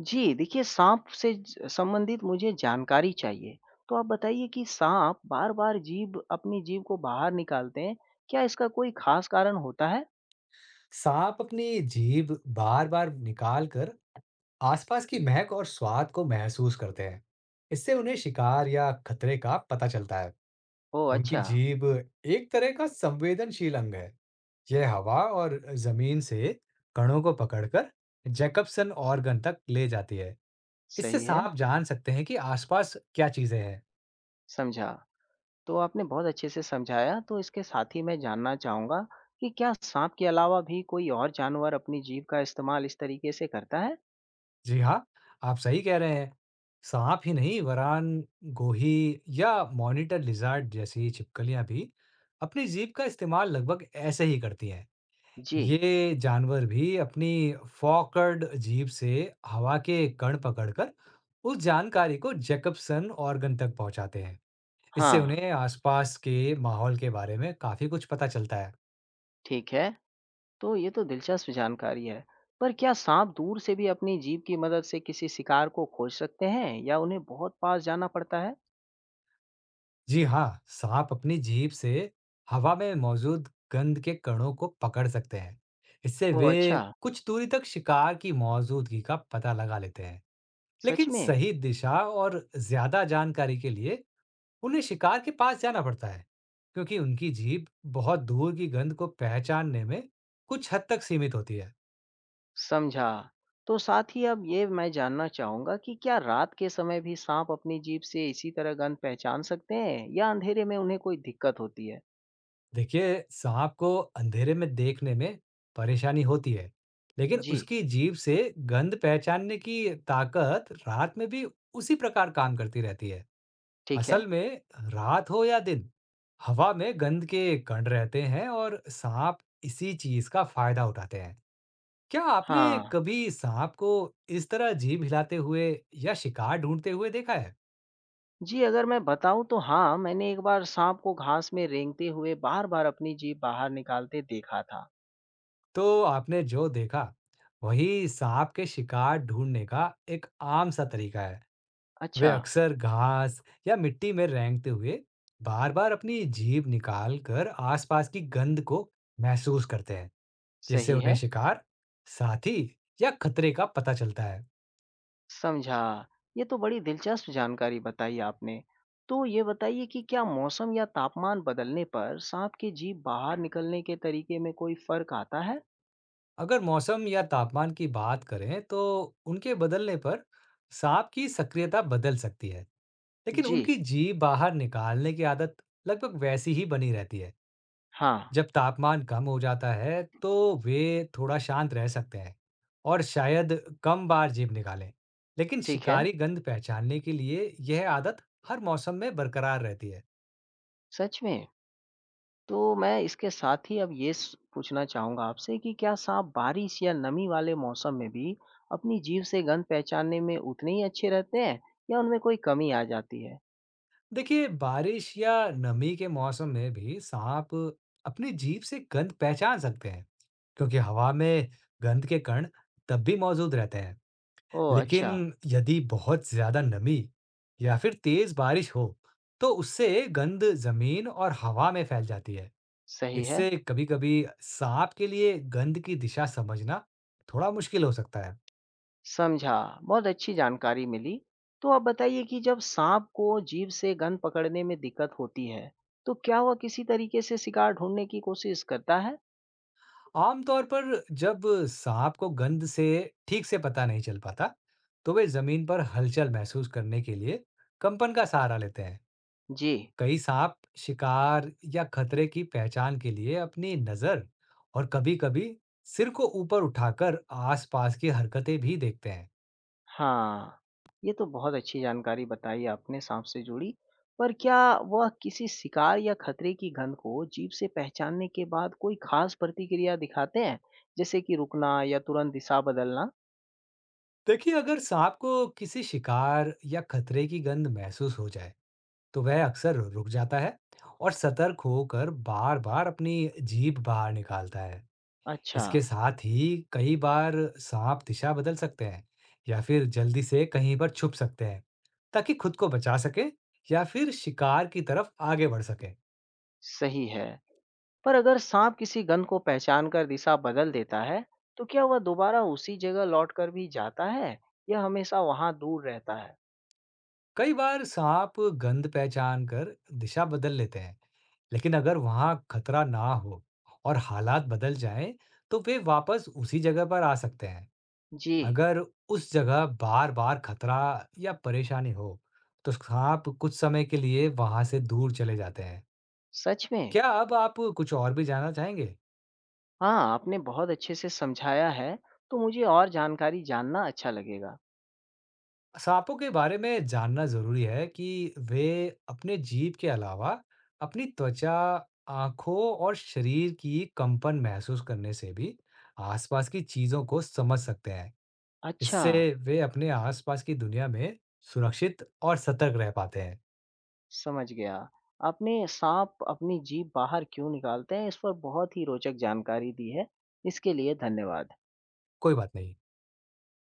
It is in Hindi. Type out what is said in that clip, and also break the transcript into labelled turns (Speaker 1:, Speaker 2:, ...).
Speaker 1: जी, देखिए साँप से ज संबंधित मुझे जानकारी चाहिए। तो आप बताइए कि साँप बार-बार जीभ अपनी जीभ को बाहर निकालते हैं, क्या इसका कोई ख़ास कारण होता है?
Speaker 2: सांप अपनी जीभ बार बार निकाल कर आसपास की महक और स्वाद को महसूस करते हैं। इससे उन्हें शिकार या खतरे का पता चलता है।
Speaker 1: ओह!
Speaker 2: उनकी
Speaker 1: अच्छा,
Speaker 2: जीभ एक तरह का संवेदनशील अंग है। यह हवा और जमीन से कणों को पकड़कर जैकबसन ऑर्गन तक ले जाती है। इससे
Speaker 1: सही है,
Speaker 2: सांप जान सकते हैं कि आसपास क्या चीजें हैं।
Speaker 1: समझा। तो आपने बहुत अच्छे से समझाया, तो इसके साथ ही मैं जानना चाहूँगा कि क्या साँप के अलावा भी कोई और जानवर अपनी जीभ का इस्तेमाल इस तरीके से करता है?
Speaker 2: जी हाँ, आप सही कह रहे हैं। साँप ही नहीं वरान, गोही या मॉनिटर लिज़ार्ड जैसी छिपकलियाँ भी अपनी जीभ का इस्तेमाल लगभग ऐसे ही करती हैं।
Speaker 1: जी,
Speaker 2: ये जानवर भी अपनी फ़ॉर्कड जीभ से हवा के कण पकड़कर उस जानकारी को जैकबसन ऑर्गन तक पहुँचाते हैं। इससे
Speaker 1: हाँ,
Speaker 2: उन्हें आसपास के माहौल के बारे में काफ़ी कुछ पता चलता है।
Speaker 1: ठीक है। तो ये तो दिलचस्प जानकारी है। पर क्या सांप दूर से भी अपनी जीभ की मदद से किसी शिकार को खोज सकते हैं या उन्हें बहुत पास जाना पड़ता है?
Speaker 2: जी हाँ, सांप अपनी जीभ से हवा में मौजूद गंध के कणों को पकड़ सकते हैं। इससे
Speaker 1: ओह
Speaker 2: वे
Speaker 1: अच्छा,
Speaker 2: कुछ दूरी तक शिकार की मौजूदगी का पता लगा लेते हैं।
Speaker 1: सच
Speaker 2: लेकिन
Speaker 1: में?
Speaker 2: सही दिशा और ज्यादा जानकारी के लिए उन्हें शिकार के पास जाना पड़ता है, क्योंकि उनकी जीभ बहुत दूर की गंध को पहचानने में कुछ हद तक सीमित होती है।
Speaker 1: समझा। तो साथ ही अब ये मैं जानना चाहूँगा कि क्या रात के समय भी सांप अपनी जीभ से इसी तरह गंध पहचान सकते हैं या अंधेरे में उन्हें कोई दिक्कत होती है?
Speaker 2: देखिए, सांप को अंधेरे में देखने में परेशानी होती है, लेकिन
Speaker 1: जी,
Speaker 2: उसकी जीभ से गंध पहचानने की ताकत रात में भी उसी प्रकार काम करती रहती है।
Speaker 1: ठीक है।
Speaker 2: असल में रात हो या दिन, हवा में गंध के कण रहते हैं और सांप इसी चीज का फायदा उठाते हैं। क्या आपने
Speaker 1: हाँ।
Speaker 2: कभी सांप को इस तरह जीभ हिलाते हुए या शिकार ढूंढते हुए देखा है?
Speaker 1: जी अगर मैं बताऊं तो हाँ मैंने एक बार सांप को घास में रेंगते हुए बार बार अपनी जीभ बाहर निकालते देखा था।
Speaker 2: तो आपने जो देखा, वही सांप के शिकार ढूंढने का एक आम सा तरीका है। वे
Speaker 1: अच्छा,
Speaker 2: अक्सर घास या मिट्टी में रेंगते हुए बार बार अपनी जीभ निकाल कर आसपास की गंध को महसूस करते हैं, जिससे
Speaker 1: सही
Speaker 2: उन्हें
Speaker 1: है।
Speaker 2: शिकार साथी या खतरे का पता चलता है।
Speaker 1: समझा। ये तो बड़ी दिलचस्प जानकारी बताई आपने। तो ये बताइए कि क्या मौसम या तापमान बदलने पर साँप की जीभ बाहर निकलने के तरीके में कोई फ़र्क आता है?
Speaker 2: अगर मौसम या तापमान की बात करें तो उनके बदलने पर सांप की सक्रियता बदल सकती है, लेकिन
Speaker 1: जी,
Speaker 2: उनकी जीभ बाहर निकालने की आदत लगभग वैसी ही बनी रहती है।
Speaker 1: हाँ,
Speaker 2: जब तापमान कम हो जाता है तो वे थोड़ा शांत रह सकते हैं और शायद कम बार जीभ निकालें, लेकिन
Speaker 1: ठीक है।
Speaker 2: शिकारी गंध पहचानने के लिए यह आदत हर मौसम में बरकरार रहती है।
Speaker 1: सच में? तो मैं इसके साथ ही अब ये स पूछना चाहूँगा आपसे कि क्या साँप बारिश या नमी वाले मौसम में भी अपनी जीभ से गंध पहचानने में उतने ही अच्छे रहते हैं या उनमें कोई कमी आ जाती है?
Speaker 2: देखिए, बारिश या नमी के मौसम में भी सांप अपनी जीभ से गंध पहचान सकते हैं, क्योंकि हवा में गंध के कण तब भी मौजूद रहते हैं।
Speaker 1: ओह! अच्छा,
Speaker 2: लेकिन यदि बहुत ज्यादा नमी या फिर तेज बारिश हो तो उससे गंध जमीन और हवा में फैल जाती है।
Speaker 1: सही है।
Speaker 2: इससे कभी-कभी सांप के लिए गंध की दिशा समझना थोड़ा मुश्किल हो सकता है।
Speaker 1: समझा। बहुत अच्छी जानकारी मिली। तो आप बताइए कि जब साँप को जीभ से गंध पकड़ने में दिक्कत होती है, तो क्या वह किसी तरीके से शिकार ढूँढने की कोशिश करता है?
Speaker 2: आमतौर पर जब सांप को गंध से ठीक से पता नहीं चल पाता, तो वे जमीन पर हलचल महसूस करने के लिए कंपन का सहारा लेते हैं।
Speaker 1: जी।
Speaker 2: कई सांप शिकार या खतरे की पहचान के लिए अपनी नजर और कभी-कभी सिर को ऊपर उठाकर आसपास की हरकतें भी देखते हैं।
Speaker 1: हाँ। ये तो बहुत अच्छी जानकारी बताई आपने साँप से जुड़ी। पर क्या वह किसी शिकार या खतरे की गंध को जीभ से पहचानने के बाद कोई ख़ास प्रतिक्रिया दिखाते हैं? जैसे कि रुकना या तुरंत दिशा बदलना?
Speaker 2: देखिए, अगर सांप को किसी शिकार या खतरे की गंध महसूस हो जाए, तो वह अक्सर रुक जाता है और सतर्क होकर बार-बार अपनी जीभ बाहर निकालता है।
Speaker 1: अच्छा,
Speaker 2: इसके साथ ही कई बार सांप दिशा बदल सकते हैं या फिर जल्दी से कहीं पर छुप सकते हैं, ताकि खुद को बचा सके या फिर शिकार की तरफ आगे बढ़ सके।
Speaker 1: सही है। पर अगर सांप किसी गंध को पहचान कर दिशा बदल देता है, तो क्या वह दोबारा उसी जगह लौटकर भी जाता है या हमेशा वहां दूर रहता है?
Speaker 2: कई बार सांप गंध पहचान कर दिशा बदल लेते हैं, लेकिन अगर वहां खतरा ना हो और हालात बदल जाएं, तो वे वापस उसी जगह पर आ सकते हैं।
Speaker 1: जी,
Speaker 2: अगर उस जगह बार-बार खतरा या परेशानी हो, तो सांप कुछ समय के लिए वहां से दूर चले जाते हैं।
Speaker 1: सच में?
Speaker 2: क्या अब आप कुछ और भी जानना चाहेंगे?
Speaker 1: हाँ, आपने बहुत अच्छे से समझाया है, तो मुझे और जानकारी जानना अच्छा लगेगा।
Speaker 2: सांपों के बारे में जानना ज़रूरी है कि वे अपने जीभ के अलावा अपनी त्वचा, आँखों और शरीर की कंपन महसूस करने से भी आसपास की चीज़ों को समझ सकते हैं।
Speaker 1: अच्छा,
Speaker 2: इससे वे अपने आसपास की दुनिया में सुरक्षित और सतर्क रह पाते हैं।
Speaker 1: समझ गया। आपने सांप अपनी जीभ बाहर क्यों निकालते हैं इस पर बहुत ही रोचक जानकारी दी है। इसके लिए धन्यवाद।
Speaker 2: कोई बात नहीं।